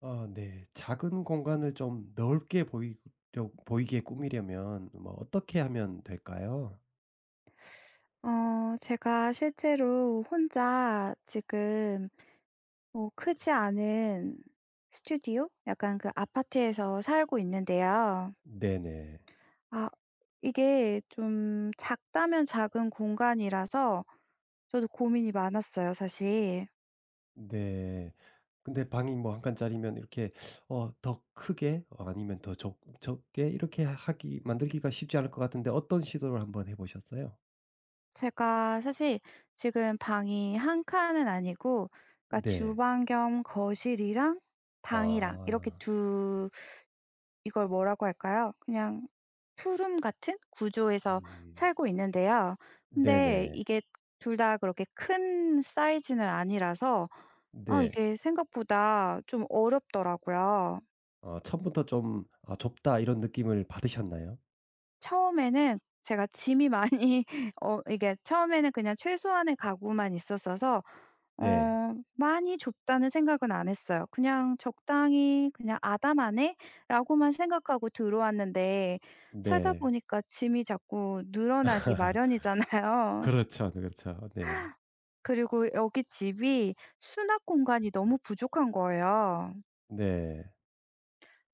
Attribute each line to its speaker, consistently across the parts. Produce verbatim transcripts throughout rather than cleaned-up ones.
Speaker 1: 어 네. 작은 공간을 좀 넓게 보이려 보이게 꾸미려면 뭐 어떻게 하면 될까요?
Speaker 2: 어 제가 실제로 혼자 지금 뭐 크지 않은 스튜디오? 약간 그 아파트에서 살고 있는데요.
Speaker 1: 네네.
Speaker 2: 아, 이게 좀 작다면 작은 공간이라서 저도 고민이 많았어요, 사실.
Speaker 1: 네. 근데 방이 뭐 한 칸짜리면 이렇게 어 더 크게 어 아니면 더 적 적게 이렇게 하기 만들기가 쉽지 않을 것 같은데 어떤 시도를 한번 해 보셨어요?
Speaker 2: 제가 사실 지금 방이 한 칸은 아니고, 그러니까
Speaker 1: 네.
Speaker 2: 주방 겸 거실이랑 방이랑 이렇게
Speaker 1: 아.
Speaker 2: 두. 이걸 뭐라고 할까요? 그냥 푸름 같은 구조에서
Speaker 1: 음.
Speaker 2: 살고 있는데요. 근데
Speaker 1: 네네.
Speaker 2: 이게 둘 다 그렇게 큰 사이즈는 아니라서 아,
Speaker 1: 네.
Speaker 2: 이게 생각보다 좀 어렵더라고요.
Speaker 1: 어 처음부터 좀 '아 좁다.' 이런 느낌을 받으셨나요?
Speaker 2: 처음에는 제가 짐이 많이 어 이게 처음에는 그냥 최소한의 가구만 있었어서
Speaker 1: 네.
Speaker 2: 어 많이 좁다는 생각은 안 했어요. 그냥 적당히 그냥 '아담하네.'라고만 생각하고 들어왔는데, 살다
Speaker 1: 네.
Speaker 2: 보니까 짐이 자꾸 늘어나기 마련이잖아요.
Speaker 1: 그렇죠, 그렇죠. 네.
Speaker 2: 그리고 여기 집이 수납 공간이 너무 부족한 거예요.
Speaker 1: 네.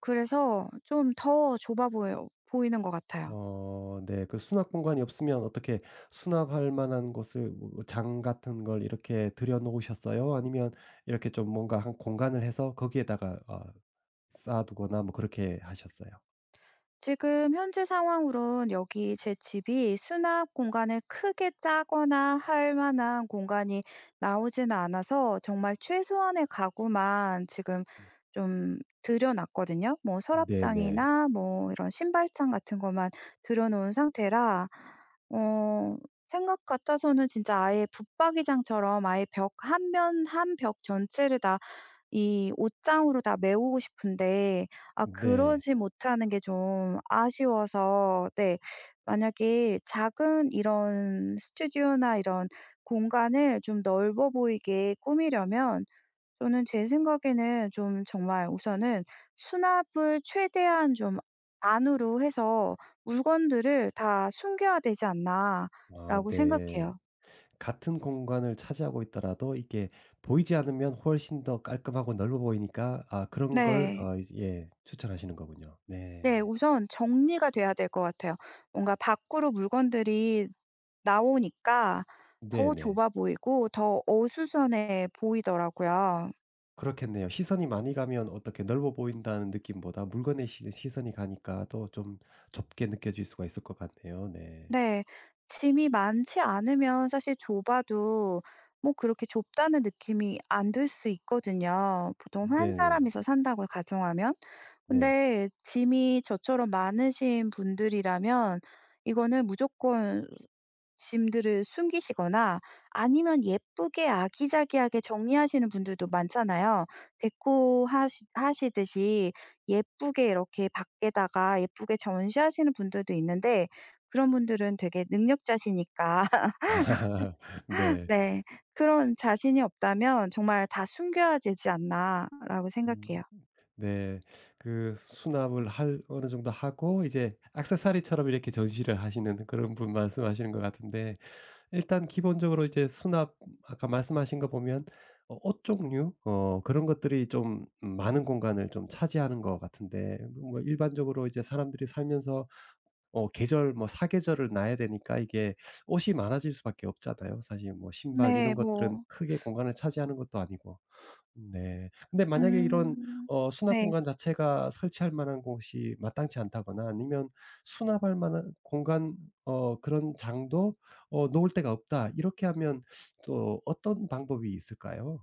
Speaker 2: 그래서 좀 더 좁아 보여 보이는 것 같아요.
Speaker 1: 어 네. 그 수납 공간이 없으면 어떻게 수납할 만한 곳을 뭐장 같은 걸 이렇게 들여 놓으셨어요? 아니면 이렇게 좀 뭔가 한 공간을 해서 거기에다가 어 쌓아 두거나 뭐 그렇게 하셨어요?
Speaker 2: 지금 현재 상황으론 여기 제 집이 수납 공간을 크게 짜거나 할 만한 공간이 나오지는 않아서 정말 최소한의 가구만 지금
Speaker 1: 음.
Speaker 2: 좀 들여놨거든요. 뭐
Speaker 1: 네네.
Speaker 2: 서랍장이나 뭐 이런 신발장 같은 것만 들여놓은 상태라, 어 생각 같아서는 진짜 아예 붙박이장처럼 아예 벽 한 면, 한 벽 전체를 다 이 옷장으로 다 메우고 싶은데 아,
Speaker 1: 네.
Speaker 2: 그러지 못하는 게 좀 아쉬워서 네. 만약에 작은 이런 스튜디오나 이런 공간을 좀 넓어 보이게 꾸미려면, 저는 제 생각에는 좀 정말 우선은 수납을 최대한 좀 안으로 해서 '물건들을 다 숨겨야 되지
Speaker 1: 아
Speaker 2: 않나.'라고
Speaker 1: 네.
Speaker 2: 생각해요.
Speaker 1: 같은 공간을 차지하고 있더라도 이게 보이지 않으면 훨씬 더 깔끔하고 넓어 보이니까 아 그런 걸
Speaker 2: 네.
Speaker 1: 어 예 추천하시는 거군요.
Speaker 2: 네.
Speaker 1: 네.
Speaker 2: 우선 정리가 돼야 될 것 같아요. 뭔가 밖으로 물건들이 나오니까 더
Speaker 1: 네네.
Speaker 2: 좁아 보이고 더 어수선해 보이더라고요.
Speaker 1: 그렇겠네요. 시선이 많이 가면 어떻게 넓어 보인다는 느낌보다 물건에 시 시선이 가니까 또 좀 좁게 느껴질 수가 있을 것 같네요. 네.
Speaker 2: 네. 짐이 많지 않으면 사실 좁아도 뭐 그렇게 좁다는 느낌이 안 들 수 있거든요. 보통 한
Speaker 1: 네네.
Speaker 2: 사람이서 산다고 가정하면.
Speaker 1: 네.
Speaker 2: 근데 짐이 저처럼 많으신 분들이라면 이거는 무조건 짐들을 숨기시거나, 아니면 예쁘게 아기자기하게 정리하시는 분들도 많잖아요. 데코 하시 하시듯이 예쁘게 이렇게 밖에다가 예쁘게 전시하시는 분들도 있는데, 그런 분들은 되게 능력자시니까.
Speaker 1: 네.
Speaker 2: 네. 그런 자신이 없다면 정말 '다 숨겨야 되지 않나.'라고
Speaker 1: 음
Speaker 2: 생각해요.
Speaker 1: 네. 그 수납을 할 어느 정도 하고 이제 액세서리처럼 이렇게 전시를 하시는 그런 분 말씀하시는 것 같은데 일단 기본적으로 이제 수납, 아까 말씀하신 거 보면 어 옷 종류 어 그런 것들이 좀 많은 공간을 좀 차지하는 것 같은데 뭐 일반적으로 이제 사람들이 살면서 어 계절 뭐 사계절을 나야 되니까 이게 옷이 많아질 수밖에 없잖아요. 사실 뭐 신발 이런
Speaker 2: 네.
Speaker 1: 것들은
Speaker 2: 뭐.
Speaker 1: 크게 공간을 차지하는 것도 아니고. 네. 근데 만약에 이런
Speaker 2: 음.
Speaker 1: 어 수납
Speaker 2: 네.
Speaker 1: 공간 자체가 설치할 만한 곳이 마땅치 않다거나 아니면 수납할 만한 공간 어 그런 장도 어 놓을 데가 없다. 이렇게 하면 또 어떤 방법이 있을까요?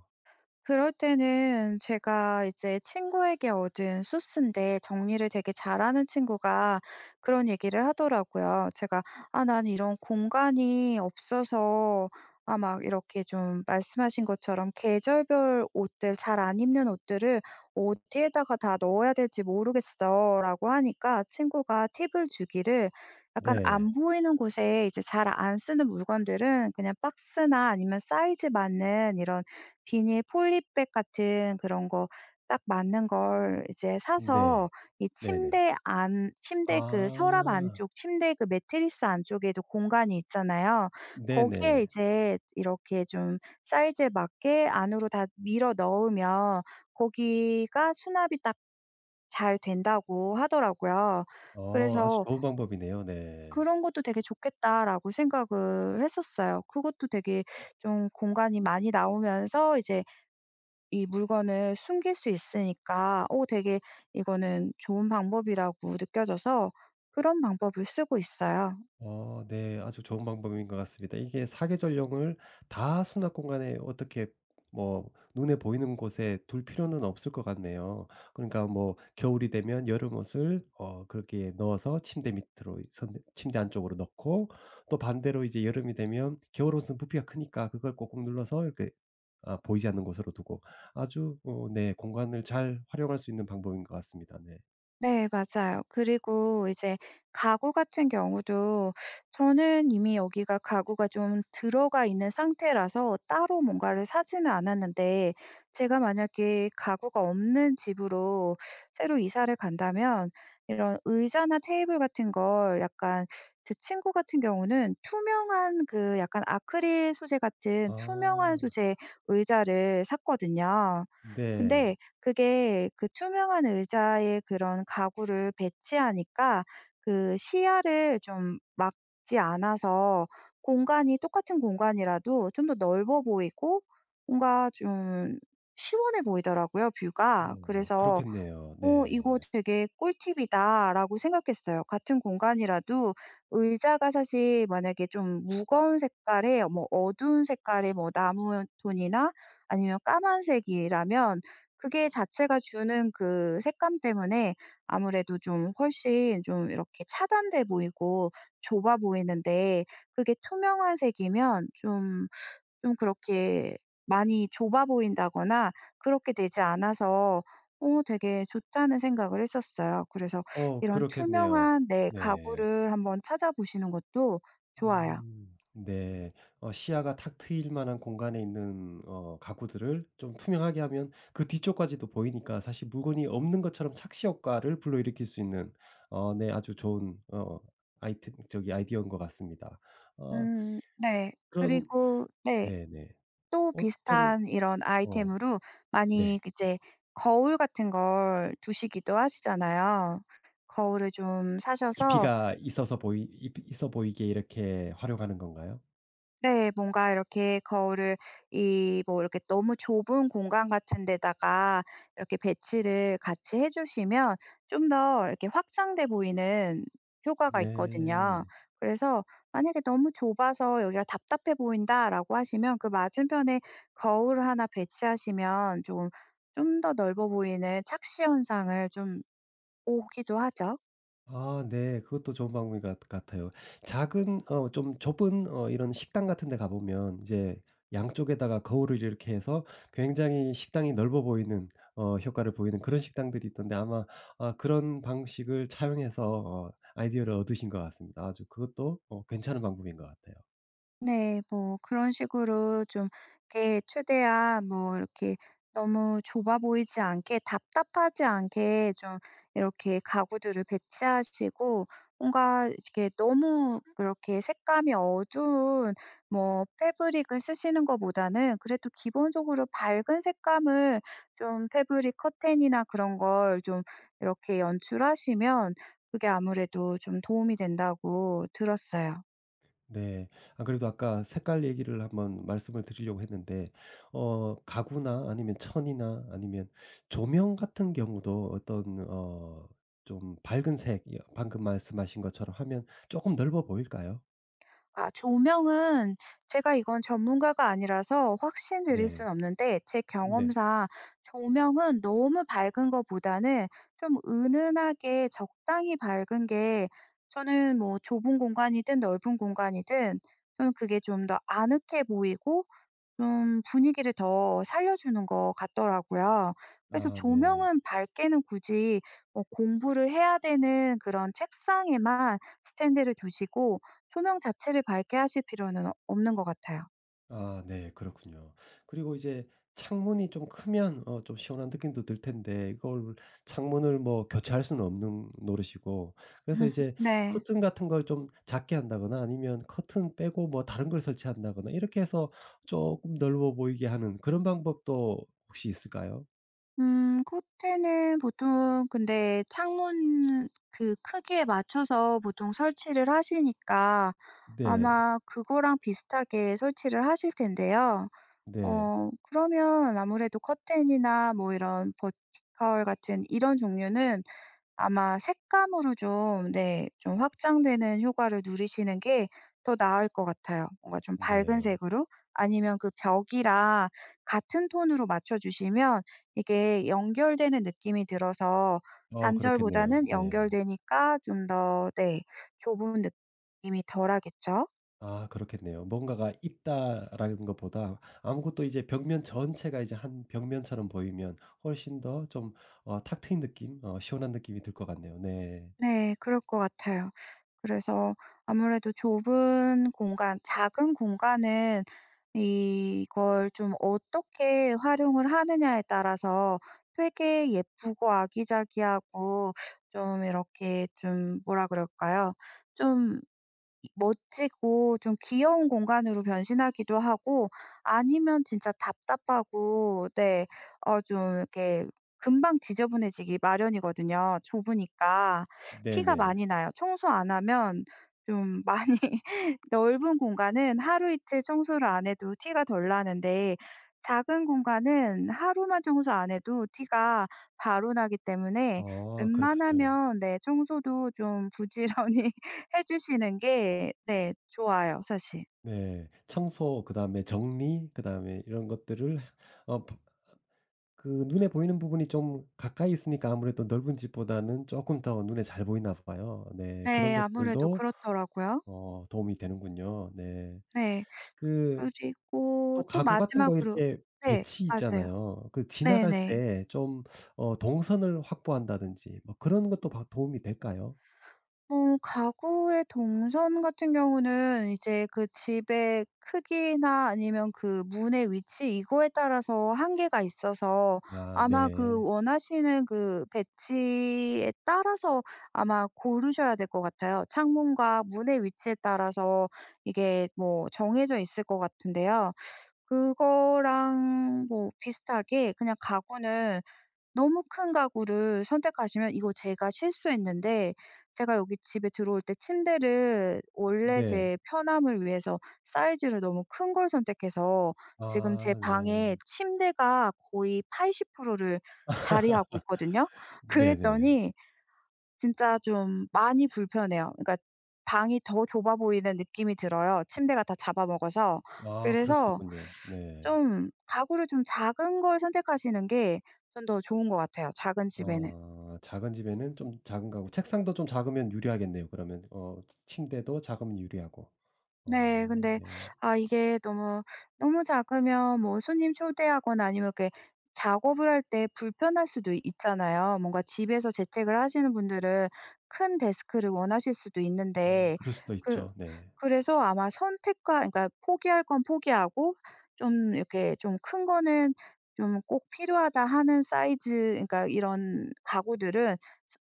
Speaker 2: 그럴 때는 제가 이제 친구에게 얻은 소스인데, 정리를 되게 잘하는 친구가 그런 얘기를 하더라고요. 제가 "아 난 이런 공간이 없어서", 아, 막 이렇게 좀 말씀하신 것처럼 계절별 옷들 잘 안 입는 옷들을 "어디에다가 다 넣어야 될지 모르겠어."라고 하니까 친구가 팁을 주기를, 약간
Speaker 1: 네.
Speaker 2: 안 보이는 곳에 이제 잘 안 쓰는 물건들은 그냥 박스나 아니면 사이즈 맞는 이런 비닐 폴리백 같은 그런 거 딱 맞는 걸 이제
Speaker 1: 네.
Speaker 2: 사서, 이
Speaker 1: 네네.
Speaker 2: 침대 안 침대 그 서랍
Speaker 1: 아.
Speaker 2: 안쪽 침대 그 매트리스 안쪽에도 공간이 있잖아요. 거기에
Speaker 1: 네네.
Speaker 2: 이제 이렇게 좀 사이즈에 맞게 안으로 다 밀어 넣으면 거기가 수납이 딱 잘 된다고 하더라고요.
Speaker 1: 어 아주
Speaker 2: 그래서
Speaker 1: 좋은 방법이네요. 네.
Speaker 2: '그런 것도 되게 좋겠다.'라고 생각을 했었어요. 그것도 되게 좀 공간이 많이 나오면서 이제 이 물건을 숨길 수 있으니까 오, 되게 이거는 좋은 방법이라고 느껴져서 그런 방법을 쓰고 있어요.
Speaker 1: 어 네. 아주 좋은 방법인 것 같습니다. 이게 사계절용을 다 수납 공간에 어떻게 뭐 눈에 보이는 곳에 둘 필요는 없을 것 같네요. 그러니까 뭐 겨울이 되면 여름 옷을 어 그렇게 넣어서 침대 밑으로 선 침대 안쪽으로 넣고 또 반대로 이제 여름이 되면 겨울 옷은 부피가 크니까 그걸 꼭꼭 눌러서 이렇게 아 보이지 않는 곳으로 두고 아주 어 네 공간을 잘 활용할 수 있는 방법인 것 같습니다. 네.
Speaker 2: 네, 맞아요. 그리고 이제 가구 같은 경우도 저는 이미 여기가 가구가 좀 들어가 있는 상태라서 따로 뭔가를 사지는 않았는데, 제가 만약에 가구가 없는 집으로 새로 이사를 간다면 이런 의자나 테이블 같은 걸 약간, 제 친구 같은 경우는 투명한 그 약간 아크릴 소재 같은 투명한
Speaker 1: 아.
Speaker 2: 소재 의자를 샀거든요. 근데
Speaker 1: 네.
Speaker 2: 그게 그 투명한 의자에 그런 가구를 배치하니까 그 시야를 좀 막지 않아서 공간이 똑같은 공간이라도 좀 더 넓어 보이고 뭔가 좀 시원해 보이더라고요, 뷰가.
Speaker 1: 어
Speaker 2: 그래서
Speaker 1: 그렇겠네요.
Speaker 2: '어 이거
Speaker 1: 네.
Speaker 2: 되게 꿀팁이다.'라고 생각했어요. 같은 공간이라도, 의자가 사실 만약에 좀 무거운 색깔의 뭐 어두운 색깔의 뭐 나무 톤이나 아니면 까만색이라면 그게 자체가 주는 그 색감 때문에 아무래도 좀 훨씬 좀 이렇게 차단돼 보이고 좁아 보이는데, 그게 투명한 색이면 좀 좀 그렇게 많이 좁아 보인다거나 그렇게 되지 않아서 어 되게 좋다는 생각을 했었어요. 그래서
Speaker 1: 어
Speaker 2: 이런
Speaker 1: 그렇겠네요.
Speaker 2: 투명한 내
Speaker 1: 네.
Speaker 2: 가구를 한번 찾아보시는 것도 좋아요.
Speaker 1: 음 네. 어 시야가 탁 트일 만한 공간에 있는 어 가구들을 좀 투명하게 하면 그 뒤쪽까지도 보이니까 사실 물건이 없는 것처럼 착시 효과를 불러일으킬 수 있는 어 네 아주 좋은 어 아이템 저기 아이디어인 것 같습니다. 어
Speaker 2: 음. 네.
Speaker 1: 그런
Speaker 2: 그리고 네,
Speaker 1: 네네.
Speaker 2: 또
Speaker 1: 어떤
Speaker 2: 비슷한 이런
Speaker 1: 어
Speaker 2: 아이템으로
Speaker 1: 네.
Speaker 2: 많이 이제 거울 같은 걸 두시기도 하시잖아요. 거울을 좀 사셔서,
Speaker 1: 깊이가 있어서 보이 있 있어 보이게 이렇게 활용하는 건가요?
Speaker 2: 네, 뭔가 이렇게 거울을 이 뭐 이렇게 너무 좁은 공간 같은 데다가 이렇게 배치를 같이 해 주시면 좀 더 이렇게 확장돼 보이는 효과가 있거든요.
Speaker 1: 네.
Speaker 2: 그래서 만약에 "너무 좁아서 여기가 답답해 보인다."라고 하시면 그 맞은편에 거울을 하나 배치하시면 좀 좀 더 넓어 보이는 착시 현상을 좀 오기도 하죠.
Speaker 1: 아 네. 그것도 좋은 방법인 것 같 같아요. 작은 어 좀 좁은 어 이런 식당 같은 데 가 보면 이제 양쪽에다가 거울을 이렇게 해서 굉장히 식당이 넓어 보이는 어 효과를 보이는 그런 식당들이 있던데 아마 아 그런 방식을 차용해서 어 아이디어를 얻으신 것 같습니다. 아주 그것도 어 괜찮은 방법인 것 같아요.
Speaker 2: 네. 뭐 그런 식으로 좀 이렇게 최대한 뭐 이렇게 너무 좁아 보이지 않게 답답하지 않게 좀 이렇게 가구들을 배치하시고, 뭔가 이렇게 너무 그렇게 색감이 어두운 뭐 패브릭을 쓰시는 것보다는 그래도 기본적으로 밝은 색감을 좀 패브릭 커튼이나 그런 걸 좀 이렇게 연출하시면 그게 아무래도 좀 도움이 된다고 들었어요.
Speaker 1: 네. 안 그래도 아까 색깔 얘기를 한번 말씀을 드리려고 했는데 어 가구나 아니면 천이나 아니면 조명 같은 경우도 어떤 어 좀 밝은 색 예 방금 말씀하신 것처럼 하면 조금 넓어 보일까요?
Speaker 2: 아, 조명은 제가 이건 전문가가 아니라서 확신 드릴
Speaker 1: 네.
Speaker 2: 순 없는데, 제
Speaker 1: 네.
Speaker 2: 경험상 조명은 너무 밝은 것보다는 좀 은은하게 적당히 밝은 게, 저는 뭐 좁은 공간이든 넓은 공간이든 저는 그게 좀 더 아늑해 보이고 좀 분위기를 더 살려주는 것 같더라고요. 그래서
Speaker 1: 아 네.
Speaker 2: 조명은 밝게는 굳이 뭐 공부를 해야 되는 그런 책상에만 스탠드를 두시고, 조명 자체를 밝게 하실 필요는 어- 없는 것 같아요.
Speaker 1: 아 네. 그렇군요. 그리고 이제 창문이 좀 크면 어 좀 시원한 느낌도 들 텐데 이걸 창문을 뭐 교체할 수는 없는 노릇이고 그래서 이제
Speaker 2: 네.
Speaker 1: 커튼 같은 걸 좀 작게 한다거나 아니면 커튼 빼고 뭐 다른 걸 설치한다거나 이렇게 해서 조금 넓어 보이게 하는 그런 방법도 혹시 있을까요?
Speaker 2: 음, 커튼은 보통 근데 창문 그 크기에 맞춰서 보통 설치를 하시니까
Speaker 1: 네.
Speaker 2: 아마 그거랑 비슷하게 설치를 하실 텐데요.
Speaker 1: 네.
Speaker 2: 어 그러면 아무래도 커튼이나 뭐 이런 버티컬 같은 이런 종류는 아마 색감으로 좀, 네, 좀 확장되는 효과를 누리시는 게 더 나을 것 같아요. 뭔가 좀 밝은
Speaker 1: 네.
Speaker 2: 색으로, 아니면 그 벽이랑 같은 톤으로 맞춰 주시면 이게 연결되는 느낌이 들어서
Speaker 1: 어 그렇겠네요.
Speaker 2: 단절보다는
Speaker 1: 네.
Speaker 2: 연결되니까 좀 더, 네, 좁은 느낌이 덜하겠죠?
Speaker 1: 아 그렇겠네요. 뭔가가 있다라는 것보다 아무것도 이제 벽면 전체가 이제 한 벽면처럼 보이면 훨씬 더 좀 어 탁 트인 느낌 어 시원한 느낌이 들 것 같네요. 네.
Speaker 2: 네. 그럴 것 같아요. 그래서 아무래도 좁은 공간, 작은 공간은 이걸 좀 어떻게 활용을 하느냐에 따라서 되게 예쁘고 아기자기하고 좀 이렇게 좀, 뭐라 그럴까요? 좀 멋지고 좀 귀여운 공간으로 변신하기도 하고, 아니면 진짜 답답하고. 네. 어 좀 이렇게 금방 지저분해지기 마련이거든요, 좁으니까. 티가
Speaker 1: 네네.
Speaker 2: 많이 나요, 청소 안 하면 좀 많이. 넓은 공간은 하루 이틀 청소를 안 해도 티가 덜 나는데 작은 공간은 하루만 청소 안 해도 티가 바로 나기 때문에,
Speaker 1: 아 그렇군요.
Speaker 2: 웬만하면, 네, 청소도 좀 부지런히 해 주시는 게, 네, 좋아요 사실.
Speaker 1: 네. 청소 그다음에 정리 그다음에 이런 것들을 어 바- 그 눈에 보이는 부분이 좀 가까이 있으니까 아무래도 넓은 집보다는 조금 더 눈에 잘 보이나 봐요. 네. 그런
Speaker 2: 네, 아무래도
Speaker 1: 것들도
Speaker 2: 그렇더라고요.
Speaker 1: 어 도움이 되는군요. 네.
Speaker 2: 네.
Speaker 1: 그
Speaker 2: 그리고
Speaker 1: 또
Speaker 2: 또
Speaker 1: 가구 같은 거
Speaker 2: 마지막으로.
Speaker 1: 이렇게
Speaker 2: 네,
Speaker 1: 배치
Speaker 2: 맞아요.
Speaker 1: 있잖아요. 그 지나갈
Speaker 2: 네네.
Speaker 1: 때 좀 어 동선을 확보한다든지 뭐 그런 것도 바 도움이 될까요?
Speaker 2: 음 가구의 동선 같은 경우는 이제 그 집의 크기나 아니면 그 문의 위치, 이거에 따라서 한계가 있어서,
Speaker 1: 아
Speaker 2: 아마 그
Speaker 1: 네.
Speaker 2: 원하시는 그 배치에 따라서 아마 고르셔야 될 것 같아요. 창문과 문의 위치에 따라서 이게 뭐 정해져 있을 것 같은데요. 그거랑 뭐 비슷하게 그냥 가구는 너무 큰 가구를 선택하시면, 이거 제가 실수했는데, 제가 여기 집에 들어올 때 침대를 원래
Speaker 1: 네.
Speaker 2: 제 편함을 위해서 사이즈를 너무 큰 걸 선택해서 지금 제
Speaker 1: 아 네.
Speaker 2: 방에 침대가 거의 팔십 퍼센트를 자리하고 있거든요.
Speaker 1: 네네.
Speaker 2: 그랬더니 진짜 좀 많이 불편해요. 그러니까 방이 더 좁아 보이는 느낌이 들어요, 침대가 다 잡아먹어서.
Speaker 1: 아 그럴 수
Speaker 2: 그래서
Speaker 1: 있군요. 네.
Speaker 2: 좀 가구를 좀 작은 걸 선택하시는 게 전 더 좋은 것 같아요, 작은 집에는.
Speaker 1: 아 작은 집에는 좀 작은 가구 책상도 좀 작으면 유리하겠네요 그러면. 어 침대도 작으면 유리하고.
Speaker 2: 네.
Speaker 1: 어
Speaker 2: 근데
Speaker 1: 네.
Speaker 2: 아, 이게 너무, 너무 작으면 뭐 손님 초대하거나 아니면 이렇게 작업을 할 때 불편할 수도 있잖아요. 뭔가 집에서 재택을 하시는 분들은 큰 데스크를 원하실 수도
Speaker 1: 음
Speaker 2: 있는데,
Speaker 1: 그럴 수도
Speaker 2: 그
Speaker 1: 있죠. 네.
Speaker 2: 그래서 아마 선택과, 그러니까 포기할 건 포기하고 좀 이렇게 좀 큰 거는 좀 꼭 필요하다 하는 사이즈, 그러니까 이런 가구들은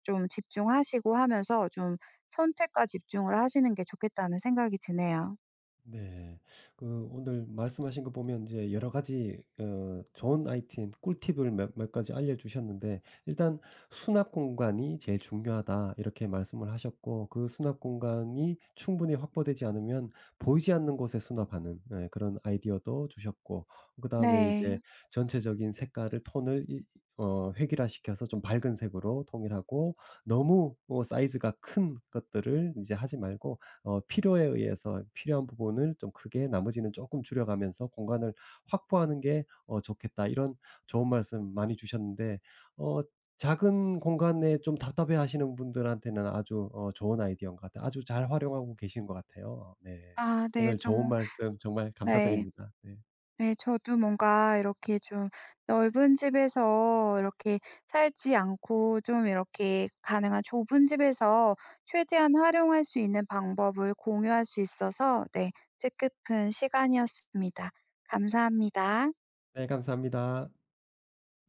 Speaker 2: 좀 집중하시고 하면서 좀 선택과 집중을 하시는 게 좋겠다는 생각이 드네요.
Speaker 1: 네. 그 오늘 말씀하신 거 보면 이제 여러 가지 어 좋은 아이템, 꿀팁을 몇 몇 가지 알려주셨는데 일단 "수납 공간이 제일 중요하다." 이렇게 말씀을 하셨고 그 수납 공간이 충분히 확보되지 않으면 보이지 않는 곳에 수납하는 예 그런 아이디어도 주셨고 그다음에
Speaker 2: 네.
Speaker 1: 이제 전체적인 색깔을 톤을 이 어 획일화시켜서 좀 밝은 색으로 통일하고 너무 어 사이즈가 큰 것들을 이제 하지 말고 어 필요에 의해서 필요한 부분을 좀 크게 나머지는 조금 줄여가면서 공간을 확보하는 게 어 좋겠다. 이런 좋은 말씀 많이 주셨는데 어 작은 공간에 좀 답답해하시는 분들한테는 아주 어 좋은 아이디어인 것 같아요. 아주 잘 활용하고 계신 것 같아요. 네.
Speaker 2: 아, 네,
Speaker 1: 오늘 좋은
Speaker 2: 좀.
Speaker 1: 말씀 정말
Speaker 2: 네.
Speaker 1: 감사드립니다. 네.
Speaker 2: 네, 저도 뭔가 이렇게 좀 넓은 집에서 이렇게 살지 않고 좀 이렇게 가능한 좁은 집에서 최대한 활용할 수 있는 방법을 공유할 수 있어서, 네, 뜻깊은 시간이었습니다. 감사합니다.
Speaker 1: 네 감사합니다.